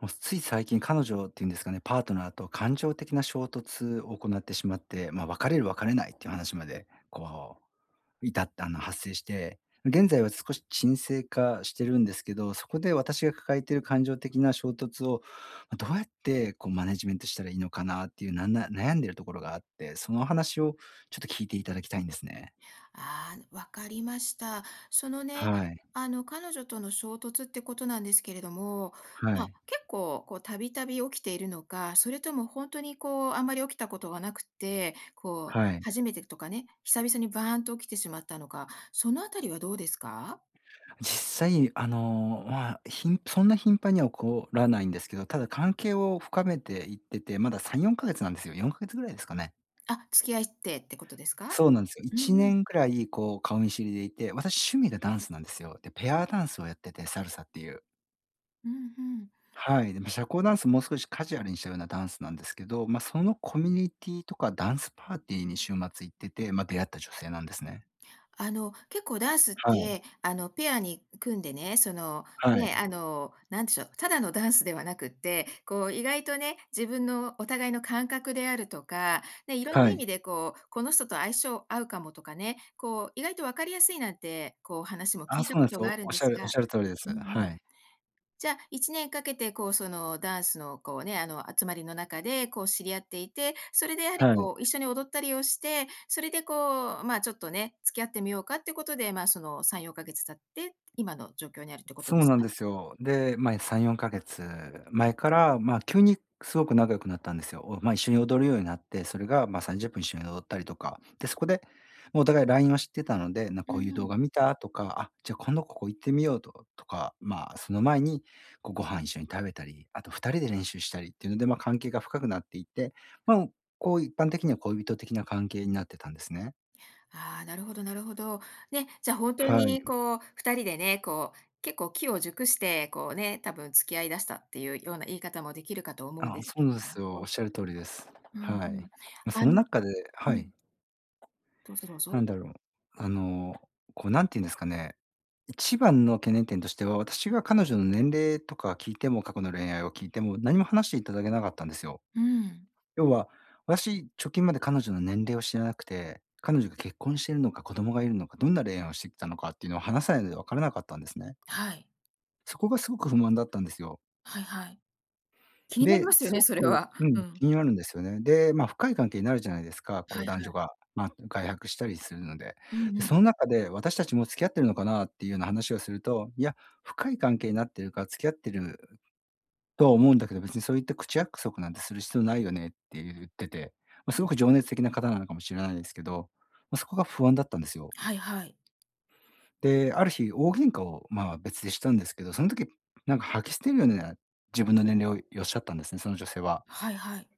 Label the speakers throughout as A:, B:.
A: もうつい最近彼女っていうんですかね、パートナーと感情的な衝突を行ってしまって、別れる別れないっていう話まで、至った発生して、現在は少し沈静化してるんですけど、そこで私が抱えている感情的な衝突を、どうやってこうマネジメントしたらいいのかなっていう、なんな悩んでるところがあって、その話をちょっと聞いていただきたいんですね。
B: ああ、わかりました。そのね、
A: はい。
B: 彼女との衝突ってことなんですけれども、
A: は
B: まあ、
A: い。
B: 結構、たびたび起きているのか、それとも本当に、あんまり起きたことがなくて、
A: はい。
B: 初めてとかね、久々にバーンと起きてしまったのか、そのあたりはどうですか？
A: 実際、そんな頻繁には起こらないんですけど、ただ関係を深めていってて、まだ3、4ヶ月なんですよ。4ヶ月ぐらいですかね。
B: あ、付き合いってことですか？
A: そうなんですよ。
B: うんう
A: 1
B: ん。
A: 年くらい、顔見知りでいて、私趣味がダンスなんですよ。で、ペアダンスをやってて、サルサっていう。
B: うん、うん。
A: はい。で、社交ダンスもう少しカジュアルにしたようなダンスなんですけど、そのコミュニティとかダンスパーティーに週末行ってて、出会った女性なんですね。
B: 結構ダンスっ
A: はい、
B: て、ペアに組んでね、
A: はい、
B: なんでしょう、ただのダンスではなくって、意外とね、自分のお互いの感覚であるとか、ね、いろんな
A: は
B: 意
A: い。
B: 味でこの人と相性合うかもとかね、意外と分かりやすいなんて、話も聞
A: あ、
B: い
A: そ
B: た
A: うな
B: こ
A: んで
B: と
A: す
B: が
A: よ。
B: あるん
A: おっ
B: で
A: しゃ
B: す
A: るおっ
B: が。
A: しゃる通りです。
B: うんう
A: は
B: ん。
A: い。
B: じゃあ、1年かけて、ダンスの、集まりの中で、知り合っていて、それでやはり、
A: はい。
B: 一緒に踊ったりをして、それで、まあ、ちょっとね、付き合ってみようかってことで、まあ、その、3、4ヶ月経って、今の状況にあるってこと
A: そ
B: で
A: う
B: す
A: なん
B: か？
A: ですよ。で、3、4ヶ月前から、急にすごく仲良くなったんですよ。一緒に踊るようになって、それが、30分一緒に踊ったりとか。で、そこで、もうお互い LINE を知ってたので、
B: う
A: こう
B: ん
A: いう
B: う
A: 動
B: ん。
A: 画見たとか、あ、じゃあ今度ここ行ってみようととか、その前にこうご飯一緒に食べたり、あと2人で練習したりっていうので、関係が深くなっていって、まあ、こう一般的には恋人的な関係になってたんですね。
B: ああ、なるほどなるほど。ね、じゃあ、本当
A: はい。
B: に、2人でね、結構機を熟して、こうね、多分付き合い出したっていうような言い方もできるかと思うん
A: あ、
B: ですけ
A: そうで
B: れ
A: す
B: ど
A: よ。おっ
B: も。
A: しゃる通りです。
B: うん
A: は
B: う
A: い。
B: ん。
A: そ
B: あ
A: の
B: の
A: 中で
B: う
A: は
B: ん、
A: い。
B: どうぞどう
A: な
B: ぞ。
A: んだろう、あの、こうなんて言うんですかね、一番の懸念点としては、私が彼女の年齢とか聞いても、過去の恋愛を聞いても、何も話していただけなかったんですよ。
B: うん、
A: 要は、私、直近まで彼女の年齢を知らなくて、彼女が結婚しているのか、子供がいるのか、どんな恋愛をしてきたのかっていうのを話さないので分からなかったんですね。
B: はい。
A: そこがすごく不満だったんですよ。
B: はいはい。気になり
A: で、
B: ますよ
A: す
B: ね、
A: ご
B: それ
A: く
B: は。
A: う
B: う
A: ん、
B: ん。
A: 気になるんですよね。で、深い関係になるじゃないですか、こ
B: は
A: う
B: いは
A: 男女
B: い。
A: が、外泊したりするので。
B: うんう
A: で、
B: ん。
A: その中で私たちも付き合ってるのかなっていうような話をすると、いや、深い関係になってるから付き合ってるとは思うんだけど、別にそういった口約束なんてする必要ないよねって言ってて、すごく情熱的な方なのかもしれないですけど、そこが不安だったんですよ。
B: はいはい。
A: で、ある日大喧嘩を、別でしたんですけど、その時なんか吐き捨てるような自分の年齢をおっしゃったんですね、その女性は。
B: はいはい。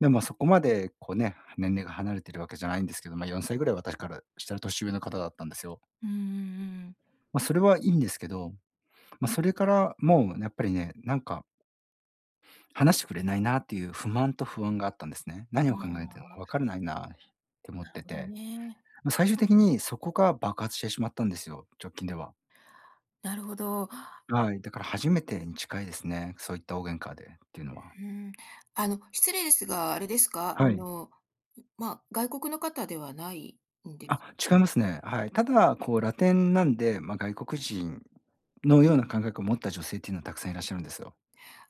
A: でもそこまでこうね、年齢が離れてるわけじゃないんですけど、4歳ぐらい私からしたら年上の方だったんですよ。
B: うんうんうん。
A: それはいいんですけど、それからもうやっぱりね、なんか話してくれないなっていう不満と不安があったんですね。何を考えてるの
B: あ
A: かわ
B: あ、
A: からないなって思っ
B: なる
A: て
B: ほど
A: て、
B: ね。
A: 最終的にそこが爆発してしまったんですよ、直近では。
B: なるほど。う
A: はい、だから初めてに近いですね、そういった大喧嘩でっていうのは。
B: ん、失礼ですが、あれですか？
A: はい。
B: まあ、外国の方ではないんです。
A: あ、違いますね。はい。ただ、こうラテンなんで、外国人のような感覚を持った女性っていうのはたくさんいらっしゃるんですよ。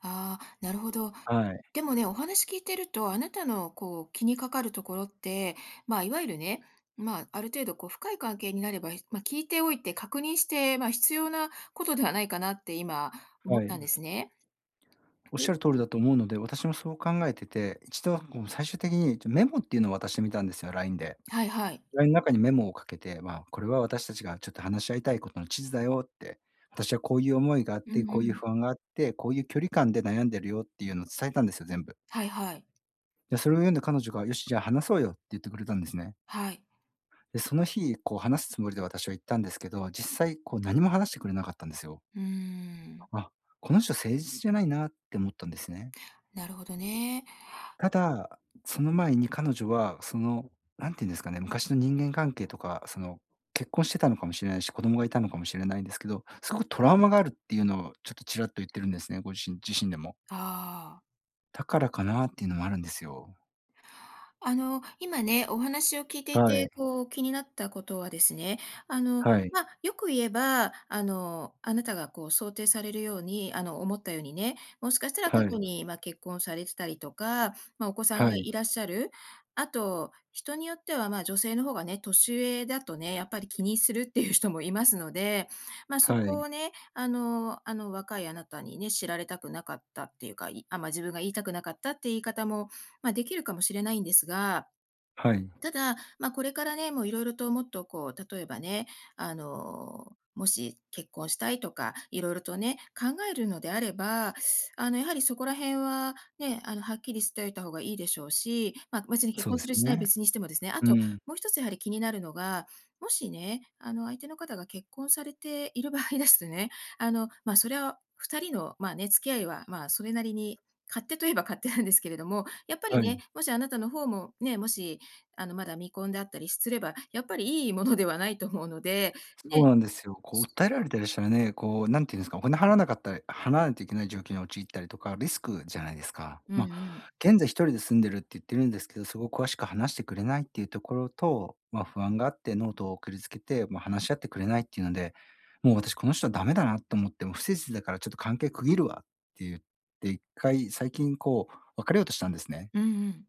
B: ああ、なるほど。
A: はい、
B: でもね、お話聞いてると、あなたのこう気にかかるところって、まあ、いわゆるね、まあ、ある程度こう深い関係になれば、まあ、聞いておいて確認して、まあ、必要なことではないかなって今思
A: は
B: ったん
A: い。
B: ですね。
A: おっ
B: は
A: し
B: い
A: ゃる通りだと思うので、私もそう考えてて、一度こう最終的にメモっていうのを渡してみたんですよ、LINE で。
B: はいはい。
A: LINE の中にメモをかけて、これは私たちがちょっと話し合いたいことの地図だよって、私はこういう思いがあっ
B: うんう
A: て、こういう
B: ん。
A: 不安があって、こういう距離感で悩んでるよっていうのを伝えたんですよ、全部。
B: はいはい。
A: で、それを読んで彼女が、よし、じゃあ話そうよって言ってくれたんですね。
B: はい。
A: で、その日、こう話すつもりで私は行ったんですけど、実際こう何も話してくれなかったんですよ。
B: うーん。
A: あ、この人誠実じゃないなって思ったんですね。
B: なるほどね。
A: ただ、その前に彼女はなんて言うんですかね、昔の人間関係とか、結婚してたのかもしれないし、子供がいたのかもしれないんですけど、すごくトラウマがあるっていうのをちょっとちらっと言ってるんですね、ご自身でも。
B: ああ。
A: だからかなっていうのもあるんですよ。
B: 今ね、お話を聞いてい
A: は
B: て、
A: い、
B: 気になったことはですね、
A: はい、
B: まあ、よく言えば、あなたがこう想定されるように、思ったようにね、もしかしたら過
A: は
B: 去
A: い、
B: に、まあ、結婚されてたりとか、まあ、お子さん
A: は
B: が
A: い、
B: いらっしゃる。あと、人によっては、まあ、女性の方がね、年上だとね、やっぱり気にするっていう人もいますので、まあ、そ
A: は
B: こ
A: い、
B: をね、若いあなたにね、知られたくなかったっていうか、まあ、自分が言いたくなかったって言い方もまあ、できるかもしれないんですが、
A: はい。
B: ただ、これからね、もういろいろともっとこう、例えばね、もし結婚したいとか、いろいろとね、考えるのであれば、やはりそこら辺はね、はっきりしておいた方がいいでしょうし、別に結
A: そう
B: 婚
A: で
B: す
A: す
B: るし
A: ね。
B: ない別にしてもですね、あ
A: う
B: と
A: ん、
B: もう一つやはり気になるのが、もしね、相手の方が結婚されている場合ですとね、それは2人の、まあね、付き合いは、まあ、それなりに勝手といえば勝手なんですけれども、やっぱり
A: は
B: ね、
A: い。
B: もしあなたの方もね、もしまだ未婚であったりすれば、やっぱりいいものではないと思うので、
A: そ
B: で
A: うなんですよ。こう訴えられたりしたらね、こうなんていうんですか、お金払わなかったり払わないといけない状況に陥ったりとか、リスクじゃないですか。
B: うんうん。
A: 現在一人で住んでるって言ってるんですけど、そこを詳しく話してくれないっていうところと、不安があってノートを送りつけて、話し合ってくれないっていうので、もう私この人はダメだなと思って、もう不誠実だからちょっと関係区切るわって言って、一回最近こう別れようとしたんですね。
B: うんうん。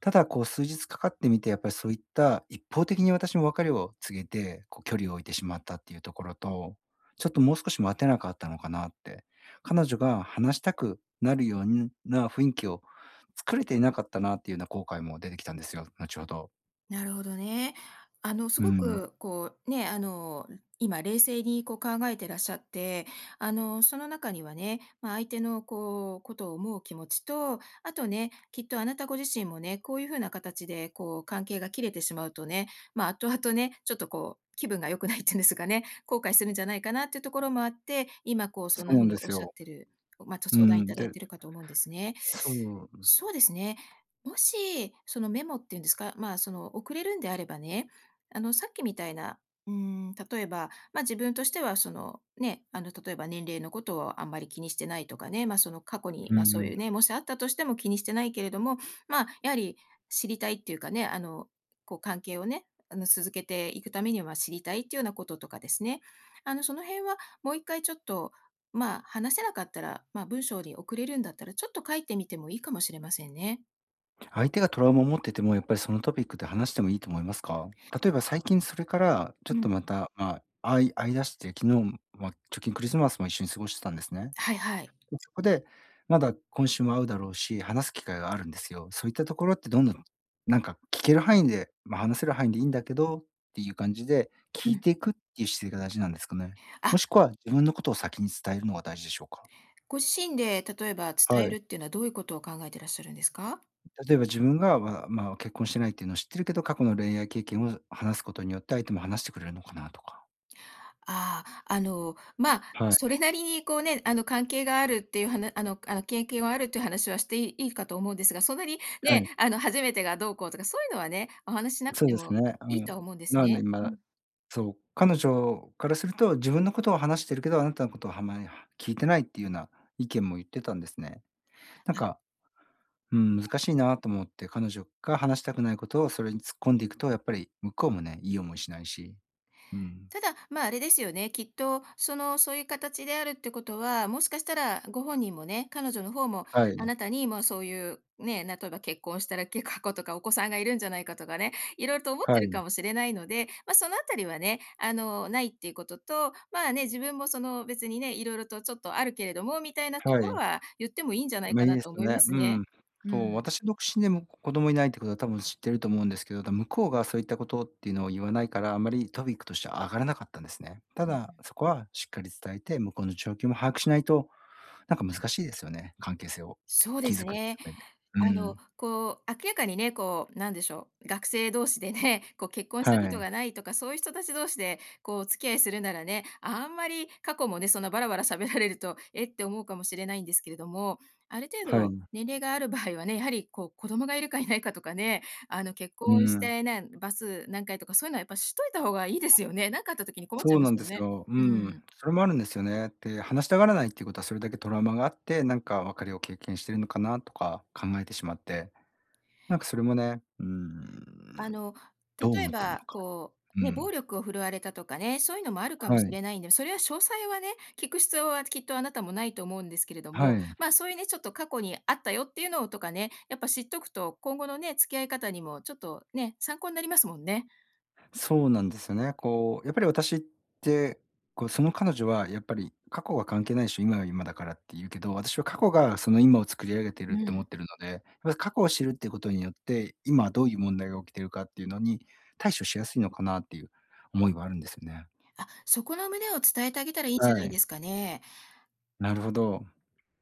A: ただ、こう数日かかってみて、やっぱりそういった一方的に私も別れを告げて、こう距離を置いてしまったっていうところと、ちょっともう少し待てなかったのかなって。彼女が話したくなるような雰囲気を作れていなかったなっていうような後悔も出てきたんですよ、後ほど。
B: なるほどね。す
A: う
B: ご
A: ん。
B: くこうね、今冷静にこう考えてらっしゃって、その中にはね、まあ、相手のこう、ことを思う気持ちと、あとね、きっとあなたご自身もね、こういうふうな形でこう関係が切れてしまうとね、後々ね、ちょっとこう気分が良くないっていうんですかね、後悔するんじゃないかなっていうところもあって、今こう
A: そ
B: そんな
A: う
B: ふ
A: な
B: う
A: ん
B: に
A: で
B: おっ
A: す
B: しゃっ
A: よ。
B: てる、まあ、と
A: う
B: 相談い
A: ん、
B: ただい
A: で
B: てるかと思うんですね。
A: そう。
B: そうですね。もし、そのメモっていうんですか、まあ、その送れるんであればね、さっきみたいな、例えば、まあ、自分としてはその、ね、例えば年齢のことをあんまり気にしてないとかね、まあ、その過去に、
A: う
B: まあ、
A: んう
B: そうい
A: ん。
B: うね、もしあったとしても気にしてないけれども、まあ、やはり知りたいっていうかね、こう関係をね、続けていくためには知りたいっていうようなこととかですね。その辺はもう一回ちょっと、まあ、話せなかったら、まあ、文章に送れるんだったら、ちょっと書いてみてもいいかもしれませんね。
A: 相手がトラウマを持ってても、やっぱりそのトピックで話してもいいと思いますか？例えば最近それからち
B: う
A: ょっと
B: ん。
A: また、まあ、あい会い出して、昨日、直近クリスマスも一緒に過ごしてたんですね。
B: はいはい。
A: で、そこで、まだ今週も会うだろうし、話す機会があるんですよ。そういったところってどんどん、なんか聞ける範囲で、話せる範囲でいいんだけどっていう感じで、
B: う
A: 聞い
B: ん。
A: ていくっていう姿勢が大事なんですかね？
B: あ、
A: もしくは自分のことを先に伝えるのが大事でしょうか？
B: ご自身で例えば伝え
A: は
B: る
A: い。
B: っていうのはどういうことを考えてらっしゃるんですか？
A: 例えば自分が、結婚してないっていうのを知ってるけど、過去の恋愛経験を話すことによって、相手も話してくれるのかなとか。
B: ああ、まあ、
A: はい、
B: それなりにこうね、関係があるっていう話、経験はあるっていう話はしていいいかと思うんですが、そんなに
A: は
B: ね、
A: い。
B: 初めてがどうこうとか、そういうのはね、お話ししなく
A: そう
B: て
A: です
B: も
A: ね。う
B: いいとは
A: ん。
B: 思うんです
A: なので
B: ね。う
A: 今、
B: ん。
A: そう、彼女からすると、自分のことを話してるけど、あなたのことをあまり聞いてないっていうような意見も言ってたんですね。なんか、うん、難しいなと思って、彼女が話したくないことをそれに突っ込んでいくと、やっぱり向こうもね、いい思いしないし。うん。
B: ただ、あれですよね、きっと、その、そういう形であるってことは、もしかしたらご本人もね、彼女の方も
A: は
B: あ
A: い、
B: なたに、ま、そういう、ね、例えば結婚したら結過去とかお子さんがいるんじゃないかとかね、いろいろと思っ
A: は
B: てる
A: い、
B: かもしれないので、ま、そのあたりはね、ないっていうことと、まあね、自分もその別にね、いろいろとちょっとあるけれどもみたいなと
A: は
B: ころ
A: い。
B: は言ってもいいんじゃないか
A: いい
B: な
A: です
B: と
A: よ
B: 思いま
A: ね。
B: す
A: う
B: ね。
A: ん。
B: う
A: そ
B: ん、
A: う、私独身でも子供いないってことは多分知ってると思うんですけど、向こうがそういったことっていうのを言わないから、あまりトピックとしては上がらなかったんですね。た
B: うん。
A: だ、そこはしっかり伝えて、向こうの状況も把握しないと、なんか難しいですよね、関係性を
B: そうです
A: 築くって
B: ね。
A: いう上で。うん。
B: こう、明らかにね、なんでしょう、学生同士でね、こう、結婚した
A: は
B: こと
A: い。
B: がないとか、そういう人たち同士で、こう、お付き合いするならね、あんまり過去もね、そんなバラバラ喋られると、えって思うかもしれないんですけれども、ある程
A: は
B: 度
A: い。
B: 年齢がある場合はね、やはり、子供がいるかいないかとかね、結
A: う
B: 婚し
A: ん。
B: てね、バス何回とか、そういうのはやっぱしといた方がいいですよね。なんかあった時に困っち
A: そ
B: ゃい
A: う
B: ま
A: な
B: す
A: ん
B: も
A: で
B: ん
A: す
B: ね。
A: よ。う
B: う
A: ん。
B: ん。
A: それもあるんですよね。で、話したがらないっていうことはそれだけトラウマがあって、なんか別れを経験してるのかなとか考えてしまって、なんかそれもね、う
B: あ
A: ん
B: の、
A: どう
B: 例え
A: 思ってるの
B: ば、
A: か。う
B: 暴
A: ん。
B: 力を振るわれたとかね、そういうのもあるかも
A: は
B: し
A: い。
B: れないんで、それは詳細はね、聞く必要はきっとあなたもないと思うんですけれど
A: は
B: も、
A: い。
B: まあ、そういうね、ちょっと過去にあったよっていうのとかね、やっぱ知っとくと、今後のね、付き合い方にもちょっとね、参考になりますもんね。
A: そうなんですよね。こう、やっぱり私って、こう、その彼女はやっぱり過去は関係ないでしょ、今は今だからって言うけど、私は過去がその今を作り上げてる
B: う
A: って思っ
B: ん。
A: てるので、やっぱり過去を知るっていうことによって、今はどういう問題が起きてるかっていうのに対処しやすいのかなっていう思いはあるんですよね。
B: あ、そこの旨を伝えてあげたらいいんじゃな
A: は
B: い
A: い。
B: ですかね。
A: なるほど。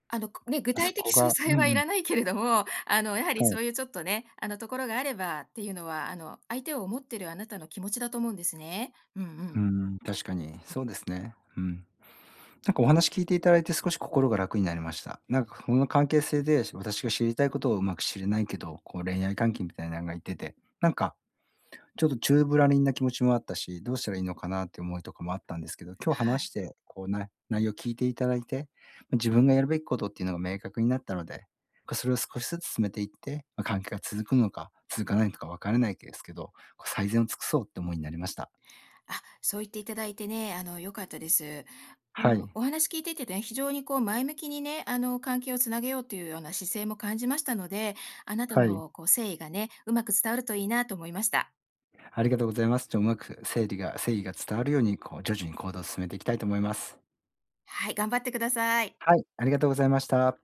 B: 具
A: あ
B: 体
A: そ
B: 的
A: こ
B: 詳
A: がうん
B: 細はい
A: うん。
B: らないけれども、やはり
A: は
B: そ
A: い。
B: ういうちょっとね、ところがあればっていうのは、相手を思ってるあなたの気持ちだと思うんですね。うんう
A: う
B: ん。
A: ん、確かにそうですね。うん。なんかお話聞いていただいて少し心が楽になりました。なんかこの関係性で私が知りたいことをうまく知れないけど、こう恋愛関係みたいなのがいてて、なんかちょっと宙ぶらりんな気持ちもあったし、どうしたらいいのかなって思いとかもあったんですけど、今日話して、こうな内容聞いていただいて、自分がやるべきことっていうのが明確になったので、それを少しずつ進めていって、関係が続くのか続かないのか分からないですけど、こう最善を尽くそうって思いになりました。
B: あ、そう言っていただいてね、良かったです。
A: はい。
B: お話聞いていてね、非常にこう前向きにね、関係をつなげようというような姿勢も感じましたので、あなた
A: はい。
B: のこう誠意がね、うまく伝わるといいなと思いました。
A: ありがとうございます。ちょうまく整理が誠意が伝わるように、こう、徐々に行動を進めていきたいと思います。
B: はい、頑張ってください。
A: はい、ありがとうございました。